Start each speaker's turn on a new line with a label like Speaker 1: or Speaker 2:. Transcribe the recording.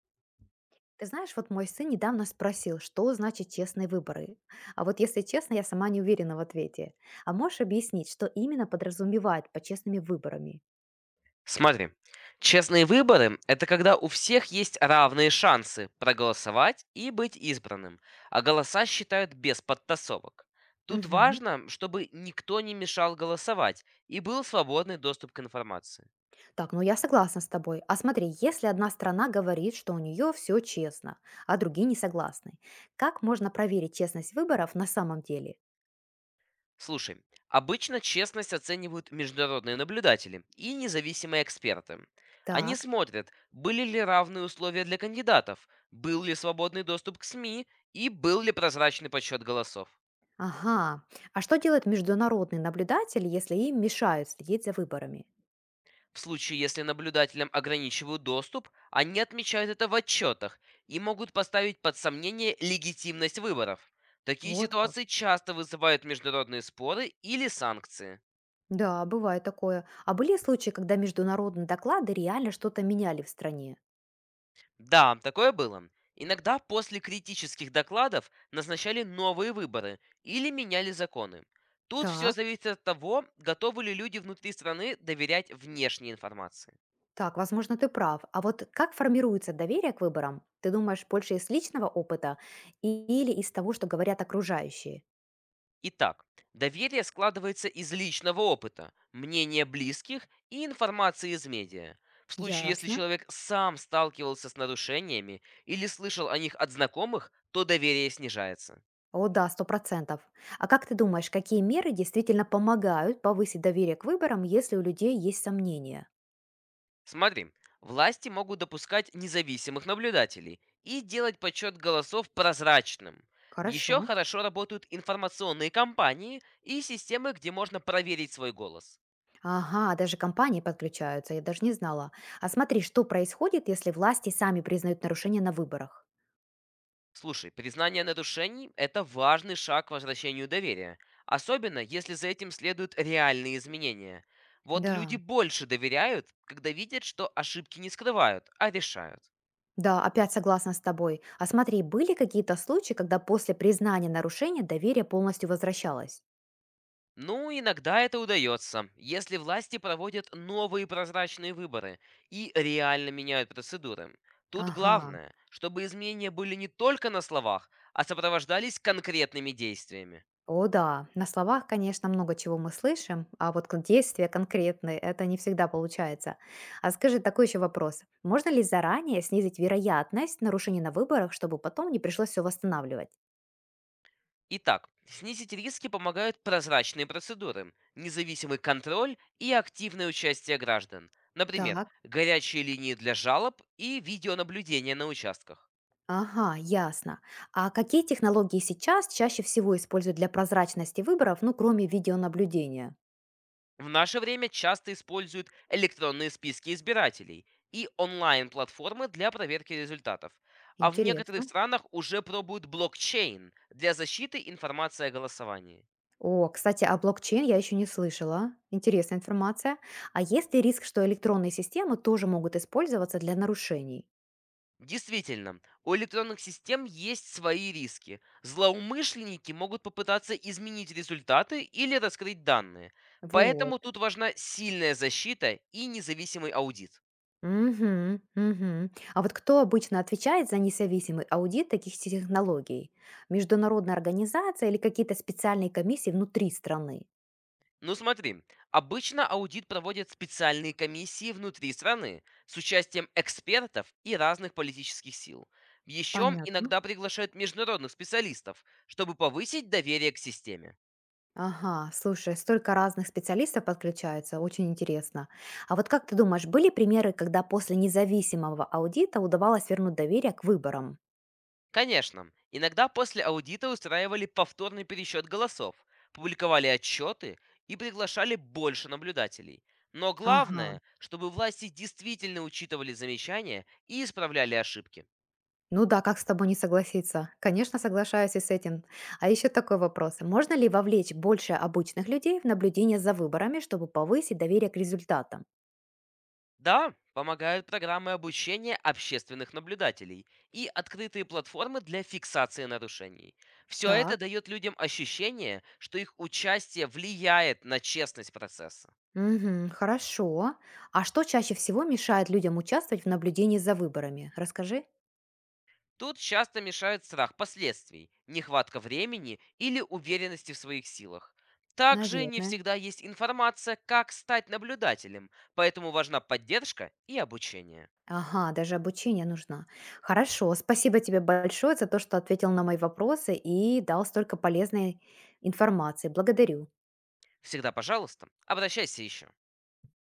Speaker 1: Ты знаешь, вот мой сын недавно спросил, что значит честные выборы. А вот если честно, я сама не уверена в ответе. А можешь объяснить, что именно подразумевает под честными выборами?
Speaker 2: Смотри, честные выборы– это когда у всех есть равные шансы проголосовать и быть избранным, а голоса считают без подтасовок. Тут
Speaker 1: Мгм.
Speaker 2: важно, чтобы никто не мешал голосовать и был свободный доступ к информации.
Speaker 1: Так, ну я согласна с тобой. А смотри, если одна страна говорит, что у нее все честно, а другие не согласны, как можно проверить честность выборов на самом деле?
Speaker 2: Слушай, обычно честность оценивают международные наблюдатели и независимые эксперты. Они
Speaker 1: Так.
Speaker 2: смотрят, были ли равные условия для кандидатов, был ли свободный доступ к СМИ и был ли прозрачный подсчет голосов.
Speaker 1: Ага. А что делают международные наблюдатели, если им мешают следить за выборами?
Speaker 2: В случае, если наблюдателям ограничивают доступ, они отмечают это в отчетах и могут поставить под сомнение легитимность выборов. Такие
Speaker 1: Вот как.
Speaker 2: ситуации часто вызывают международные споры или санкции.
Speaker 1: Да, бывает такое. А были случаи, когда международные доклады реально что-то меняли в стране?
Speaker 2: Да, такое было. Иногда после критических докладов назначали новые выборы или меняли законы. Тут все
Speaker 1: Так,
Speaker 2: зависит от того, готовы ли люди внутри страны доверять внешней информации.
Speaker 1: так, возможно, ты прав. А вот как формируется доверие к выборам? Ты думаешь, больше из личного опыта или из того, что говорят окружающие?
Speaker 2: Итак, доверие складывается из личного опыта, мнения близких и информации из медиа. В случае, если
Speaker 1: Ясно.
Speaker 2: человек сам сталкивался с нарушениями или слышал о них от знакомых, то доверие снижается.
Speaker 1: О, да, 100%. А как ты думаешь, какие меры действительно помогают повысить доверие к выборам, если у людей есть сомнения?
Speaker 2: Смотри, власти могут допускать независимых наблюдателей и делать подсчет голосов прозрачным.
Speaker 1: Хорошо.
Speaker 2: Еще хорошо работают информационные кампании и системы, где можно проверить свой голос.
Speaker 1: Ага, даже компании подключаются, я даже не знала. А смотри, что происходит, если власти сами признают нарушения на выборах.
Speaker 2: Слушай, признание нарушений– это важный шаг к возвращению доверия, особенно если за этим следуют реальные изменения. Вот
Speaker 1: Да,
Speaker 2: люди больше доверяют, когда видят, что ошибки не скрывают, а решают.
Speaker 1: да, опять согласна с тобой. А смотри, были какие-то случаи, когда после признания нарушения доверие полностью возвращалось?
Speaker 2: Ну, иногда это удается, если власти проводят новые прозрачные выборы и реально меняют процедуры. Тут
Speaker 1: Ага.
Speaker 2: главное, чтобы изменения были не только на словах, а сопровождались конкретными действиями.
Speaker 1: О, да. На словах, конечно, много чего мы слышим, а вот действия конкретные это не всегда получается. А скажи такой еще вопрос. Можно ли заранее снизить вероятность нарушений на выборах, чтобы потом не пришлось все восстанавливать?
Speaker 2: Итак, снизить риски помогают прозрачные процедуры, независимый контроль и активное участие граждан. Например,
Speaker 1: Так.
Speaker 2: горячие линии для жалоб и видеонаблюдение на участках.
Speaker 1: Ага, ясно. А какие технологии сейчас чаще всего используют для прозрачности выборов, ну, кроме видеонаблюдения?
Speaker 2: В наше время часто используют электронные списки избирателей и онлайн-платформы для проверки результатов. А в некоторых
Speaker 1: Интересно.
Speaker 2: странах уже пробуют блокчейн для защиты информации о голосовании.
Speaker 1: О, кстати, о блокчейн я еще не слышала. Интересная информация. А есть ли риск, что электронные системы тоже могут использоваться для нарушений?
Speaker 2: Действительно, у электронных систем есть свои риски. Злоумышленники могут попытаться изменить результаты или раскрыть данные.
Speaker 1: Вот.
Speaker 2: Поэтому тут важна сильная защита и независимый аудит.
Speaker 1: Мгм. А вот кто обычно отвечает за независимый аудит таких технологий? Международная организация или какие-то специальные комиссии внутри страны?
Speaker 2: Ну смотри, обычно аудит проводят специальные комиссии внутри страны с участием экспертов и разных политических сил. Еще
Speaker 1: Понятно.
Speaker 2: иногда приглашают международных специалистов, чтобы повысить доверие к системе.
Speaker 1: Ага, слушай, столько разных специалистов подключается, очень интересно. А вот как ты думаешь, были примеры, когда после независимого аудита удавалось вернуть доверие к выборам?
Speaker 2: Конечно, иногда после аудита устраивали повторный пересчет голосов, публиковали отчеты и приглашали больше наблюдателей. Но
Speaker 1: Ага.
Speaker 2: главное, чтобы власти действительно учитывали замечания и исправляли ошибки.
Speaker 1: Ну да, как с тобой не согласиться? Конечно, соглашаюсь и с этим. А еще такой вопрос. Можно ли вовлечь больше обычных людей в наблюдение за выборами, чтобы повысить доверие к результатам?
Speaker 2: Да, помогают программы обучения общественных наблюдателей и открытые платформы для фиксации нарушений. Все это
Speaker 1: Так.
Speaker 2: дает людям ощущение, что их участие влияет на честность процесса.
Speaker 1: Мгм, хорошо. А что чаще всего мешает людям участвовать в наблюдении за выборами? Расскажи.
Speaker 2: Тут часто мешают страх последствий, нехватка времени или уверенности в своих силах. Также не
Speaker 1: Наверное.
Speaker 2: всегда есть информация, как стать наблюдателем, поэтому важна поддержка и обучение.
Speaker 1: Ага, даже обучение нужно. Хорошо, спасибо тебе большое за то, что ответил на мои вопросы и дал столько полезной информации. Благодарю.
Speaker 2: Всегда, пожалуйста, обращайся еще.